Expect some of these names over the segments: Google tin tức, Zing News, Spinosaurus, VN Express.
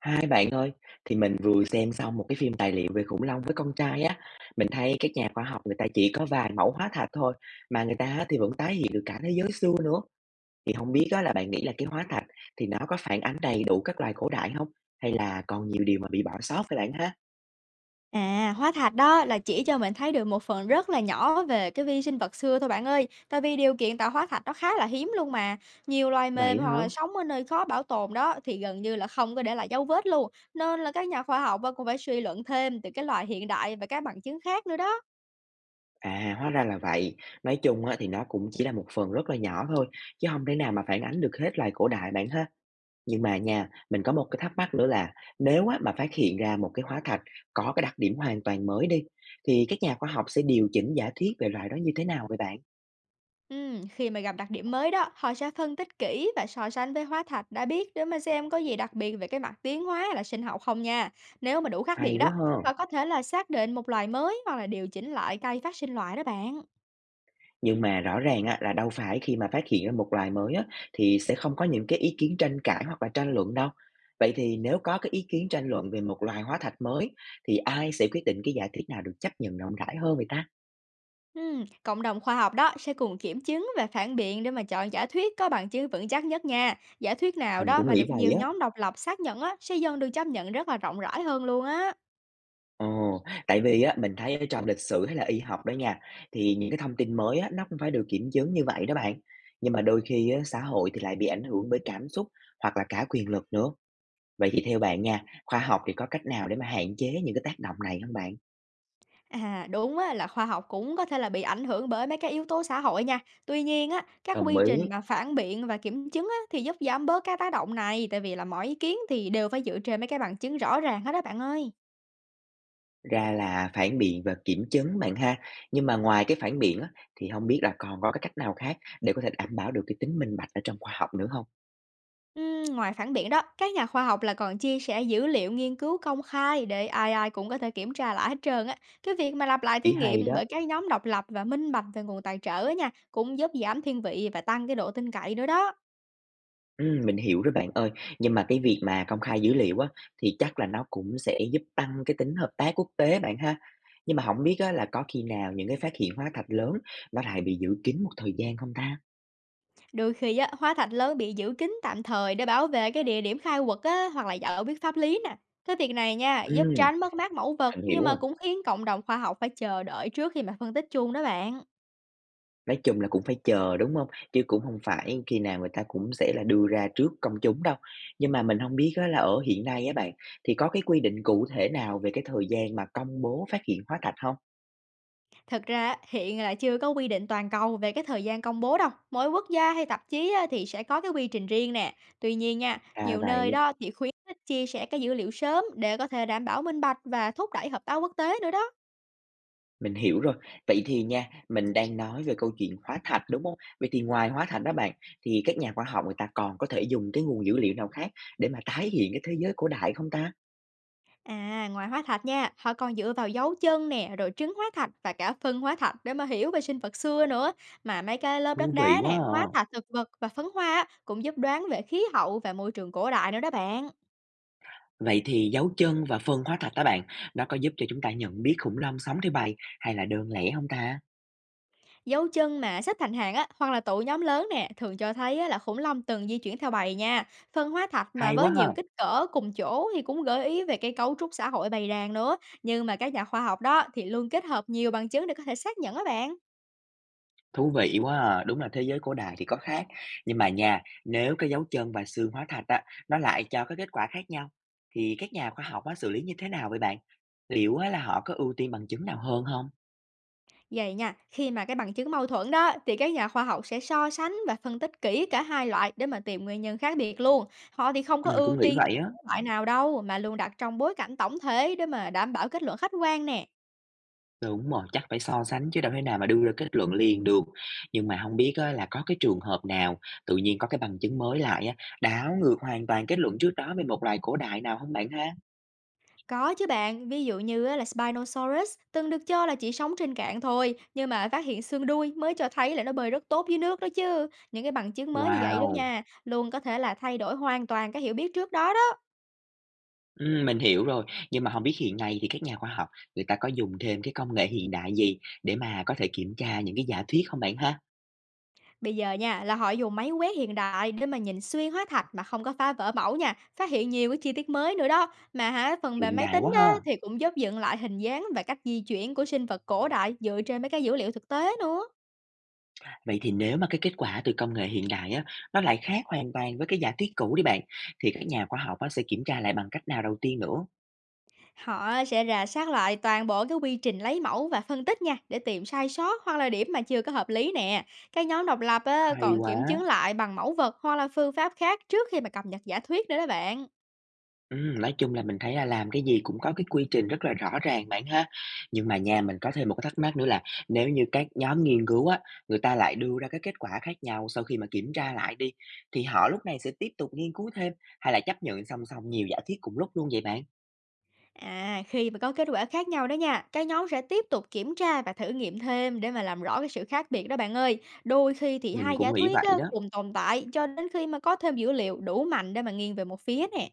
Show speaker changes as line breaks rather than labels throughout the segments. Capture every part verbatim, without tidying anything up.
Hai bạn ơi, thì mình vừa xem xong một cái phim tài liệu về khủng long với con trai á, mình thấy các nhà khoa học người ta chỉ có vài mẫu hóa thạch thôi, mà người ta á thì vẫn tái hiện được cả thế giới xưa nữa. Thì không biết á là bạn nghĩ là cái hóa thạch thì nó có phản ánh đầy đủ các loài cổ đại không? Hay là còn nhiều điều mà bị bỏ sót vậy bạn ha?
À, hóa thạch đó là chỉ cho mình thấy được một phần rất là nhỏ về cái vi sinh vật xưa thôi bạn ơi. Tại vì điều kiện tạo hóa thạch nó khá là hiếm luôn mà. Nhiều loài mềm
Vậy
hoặc
hả?
là sống ở nơi khó bảo tồn đó thì gần như là không có để lại dấu vết luôn. Nên là các nhà khoa học á, cũng phải suy luận thêm từ cái loài hiện đại và các bằng chứng khác nữa đó.
À, hóa ra là vậy. Nói chung á, thì nó cũng chỉ là một phần rất là nhỏ thôi, chứ không thể nào mà phản ánh được hết loài cổ đại bạn ha. Nhưng mà nha, mình có một cái thắc mắc nữa là nếu á, mà phát hiện ra một cái hóa thạch có cái đặc điểm hoàn toàn mới đi, thì các nhà khoa học sẽ điều chỉnh giả thuyết về loài đó như thế nào vậy bạn?
Ừm, khi mà gặp đặc điểm mới đó, họ sẽ phân tích kỹ và so sánh với hóa thạch đã biết để mà xem có gì đặc biệt về cái mặt tiến hóa hay là sinh học không nha. Nếu mà đủ khác biệt
Hay
đó,
quá ha.
và có thể là xác định một loài mới hoặc là điều chỉnh lại cây phát sinh loại đó bạn.
Nhưng mà rõ ràng á, là đâu phải khi mà phát hiện ra một loài mới á, thì sẽ không có những cái ý kiến tranh cãi hoặc là tranh luận đâu. Vậy thì nếu có cái ý kiến tranh luận về một loài hóa thạch mới thì ai sẽ quyết định cái giả thuyết nào được chấp nhận rộng rãi hơn vậy ta?
Ừm, cộng đồng khoa học đó sẽ cùng kiểm chứng và phản biện để mà chọn giả thuyết có bằng chứng vững chắc nhất nha. Giả thuyết nào
Mình
đó
cũng
mà
nghĩ
được
vậy
nhiều
á.
nhóm độc lập xác nhận á, sẽ dần được chấp nhận rất là rộng rãi hơn luôn á.
Ồ, tại vì á, mình thấy ở trong lịch sử hay là y học đó nha, thì những cái thông tin mới á, nó cũng phải được kiểm chứng như vậy đó bạn. Nhưng mà đôi khi á, xã hội thì lại bị ảnh hưởng bởi cảm xúc hoặc là cả quyền lực nữa. Vậy thì theo bạn nha, khoa học thì có cách nào để mà hạn chế những cái tác động này không bạn?
À, đúng á, là khoa học cũng có thể là bị ảnh hưởng bởi mấy cái yếu tố xã hội nha. Tuy nhiên á, các
Đồng
quy
ý.
trình mà phản biện và kiểm chứng á, thì giúp giảm bớt cái tác động này, tại vì là mọi ý kiến thì đều phải dựa trên mấy cái bằng chứng rõ ràng hết đó bạn ơi.
Ra là phản biện và kiểm chứng bạn ha. Nhưng mà ngoài cái phản biện á, thì không biết là còn có cái cách nào khác để có thể đảm bảo được cái tính minh bạch ở trong khoa học nữa không?
Ừm, ngoài phản biện đó, các nhà khoa học là còn chia sẻ dữ liệu nghiên cứu công khai để ai ai cũng có thể kiểm tra lại hết trơn á. Cái việc mà lặp lại thí
Ý hay
nghiệm
đó.
bởi các nhóm độc lập và minh bạch về nguồn tài trợ á nha, cũng giúp giảm thiên vị và tăng cái độ tin cậy nữa đó.
Ừm, mình hiểu rồi bạn ơi. Nhưng mà cái việc mà công khai dữ liệu á, thì chắc là nó cũng sẽ giúp tăng cái tính hợp tác quốc tế bạn ha. Nhưng mà không biết á, là có khi nào những cái phát hiện hóa thạch lớn nó lại bị giữ kín một thời gian không ta?
Đôi khi á, hóa thạch lớn bị giữ kín tạm thời để bảo vệ cái địa điểm khai quật á, hoặc là giải biết pháp lý nè. Cái việc này nha, giúp
Ừm,
tránh mất mát mẫu vật
mình hiểu
nhưng mà
rồi.
cũng khiến cộng đồng khoa học phải chờ đợi trước khi mà phân tích chung đó bạn.
Nói chung là cũng phải chờ, đúng không? Chứ cũng không phải khi nào người ta cũng sẽ là đưa ra trước công chúng đâu. Nhưng mà mình không biết á, là ở hiện nay á bạn, thì có cái quy định cụ thể nào về cái thời gian mà công bố phát hiện hóa thạch không?
Thực ra á, hiện là chưa có quy định toàn cầu về cái thời gian công bố đâu. Mỗi quốc gia hay tạp chí á, thì sẽ có cái quy trình riêng nè. Tuy nhiên nha,
À
nhiều nơi
vậy.
đó thì khuyến khích chia sẻ cái dữ liệu sớm để có thể đảm bảo minh bạch và thúc đẩy hợp tác quốc tế nữa đó.
Mình hiểu rồi. Vậy thì nha, mình đang nói về câu chuyện hóa thạch, đúng không? Vậy thì ngoài hóa thạch đó bạn, thì các nhà khoa học người ta còn có thể dùng cái nguồn dữ liệu nào khác để mà tái hiện cái thế giới cổ đại không ta?
À, ngoài hóa thạch nha, họ còn dựa vào dấu chân nè, rồi trứng hóa thạch và cả phân hóa thạch để mà hiểu về sinh vật xưa nữa. Mà mấy cái lớp
Thú
đất
vị
đá
quá
nè,
à!
hóa thạch thực vật và phấn hoa á, cũng giúp đoán về khí hậu và môi trường cổ đại nữa đó bạn.
Vậy thì dấu chân và phân hóa thạch đó bạn, nó có giúp cho chúng ta nhận biết khủng long sống trên bầy hay là đơn lẻ không ta?
Dấu chân mà xếp thành hàng á, hoặc là tụ nhóm lớn nè, thường cho thấy á, là khủng long từng di chuyển theo bầy nha. Phân hóa thạch mà
Hay
với
quá ha!
nhiều kích cỡ cùng chỗ thì cũng gợi ý về cái cấu trúc xã hội bầy đàn nữa. Nhưng mà các nhà khoa học đó thì luôn kết hợp nhiều bằng chứng để có thể xác nhận á bạn.
Thú vị quá à, đúng là thế giới cổ đại thì có khác. Nhưng mà nha, nếu cái dấu chân và xương hóa thạch á, nó lại cho cái kết quả khác nhau, thì các nhà khoa học á, xử lý như thế nào vậy bạn? Liệu á, là họ có ưu tiên bằng chứng nào hơn không?
Vậy nha, khi mà cái bằng chứng mâu thuẫn đó thì các nhà khoa học sẽ so sánh và phân tích kỹ cả hai loại để mà tìm nguyên nhân khác biệt luôn. Họ thì không có
Mình
ưu
cũng nghĩ
tiên
vậy á.
loại nào đâu mà luôn đặt trong bối cảnh tổng thể để mà đảm bảo kết luận khách quan nè.
Đúng rồi, chắc phải so sánh chứ đâu thể nào mà đưa ra kết luận liền được. Nhưng mà không biết á, là có cái trường hợp nào tự nhiên có cái bằng chứng mới lại á, đảo ngược hoàn toàn kết luận trước đó về một loài cổ đại nào không bạn ha?
Có chứ bạn, ví dụ như á là Spinosaurus từng được cho là chỉ sống trên cạn thôi, nhưng mà phát hiện xương đuôi mới cho thấy là nó bơi rất tốt dưới nước đó chứ. Những cái bằng chứng mới như vậy đâu
Wow!
nha, luôn có thể là thay đổi hoàn toàn cái hiểu biết trước đó.
Ừm, mình hiểu rồi, nhưng mà không biết hiện nay thì các nhà khoa học người ta có dùng thêm cái công nghệ hiện đại gì để mà có thể kiểm tra những cái giả thuyết không bạn ha?
Bây giờ nha, là họ dùng máy quét hiện đại để mà nhìn xuyên hóa thạch mà không có phá vỡ mẫu nha, phát hiện nhiều cái chi tiết mới nữa đó. Mà hả, phần mềm
Hiện
máy
đại
tính
quá ha!
đó thì cũng giúp dựng lại hình dáng và cách di chuyển của sinh vật cổ đại dựa trên mấy cái dữ liệu thực tế nữa.
Vậy thì nếu mà cái kết quả từ công nghệ hiện đại á, nó lại khác hoàn toàn với cái giả thuyết cũ đi bạn, thì các nhà khoa học á sẽ kiểm tra lại bằng cách nào đầu tiên nữa?
Họ sẽ rà soát lại toàn bộ cái quy trình lấy mẫu và phân tích nha để tìm sai sót hoặc là điểm mà chưa có hợp lý nè. Cái nhóm độc lập á,
Hay
còn
quá!
kiểm chứng lại bằng mẫu vật hoặc là phương pháp khác trước khi mà cập nhật giả thuyết nữa đó bạn.
Ừm, nói chung là mình thấy là làm cái gì cũng có cái quy trình rất là rõ ràng bạn ha. Nhưng mà nha, mình có thêm một cái thắc mắc nữa là nếu như các nhóm nghiên cứu á, người ta lại đưa ra cái kết quả khác nhau sau khi mà kiểm tra lại đi, thì họ lúc này sẽ tiếp tục nghiên cứu thêm hay là chấp nhận song song nhiều giả thuyết cùng lúc luôn vậy bạn?
À, khi mà có kết quả khác nhau đó nha, cái nhóm sẽ tiếp tục kiểm tra và thử nghiệm thêm để mà làm rõ cái sự khác biệt đó bạn ơi. Đôi khi thì
Mình
hai giả
cũng nghĩ
thuyết
vậy
á,
đó.
cùng tồn tại cho đến khi mà có thêm dữ liệu đủ mạnh để mà nghiêng về một phía nè.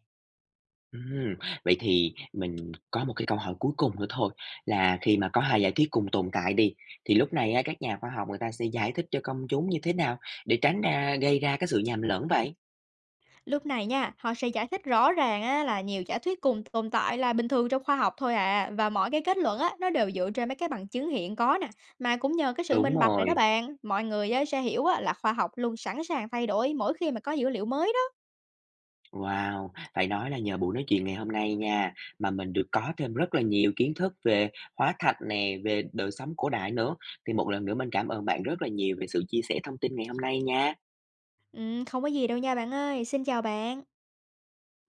Ừm, vậy thì mình có một cái câu hỏi cuối cùng nữa thôi là khi mà có hai giả thuyết cùng tồn tại đi thì lúc này á, các nhà khoa học người ta sẽ giải thích cho công chúng như thế nào để tránh ra gây ra cái sự nhầm lẫn vậy?
Lúc này nha, họ sẽ giải thích rõ ràng á, là nhiều giả thuyết cùng tồn tại là bình thường trong khoa học thôi à. Và mọi cái kết luận á, nó đều dựa trên mấy cái bằng chứng hiện có nè. Mà cũng nhờ cái sự
Đúng
minh bạch này đó
rồi.
bạn, mọi người á, sẽ hiểu á, là khoa học luôn sẵn sàng thay đổi mỗi khi mà có dữ liệu mới đó.
Wow! Phải nói là nhờ buổi nói chuyện ngày hôm nay nha, mà mình được có thêm rất là nhiều kiến thức về hóa thạch nè, về đời sống cổ đại nữa. Thì một lần nữa mình cảm ơn bạn rất là nhiều về sự chia sẻ thông tin ngày hôm nay nha.
Ừ, không có gì đâu nha bạn ơi, xin chào bạn.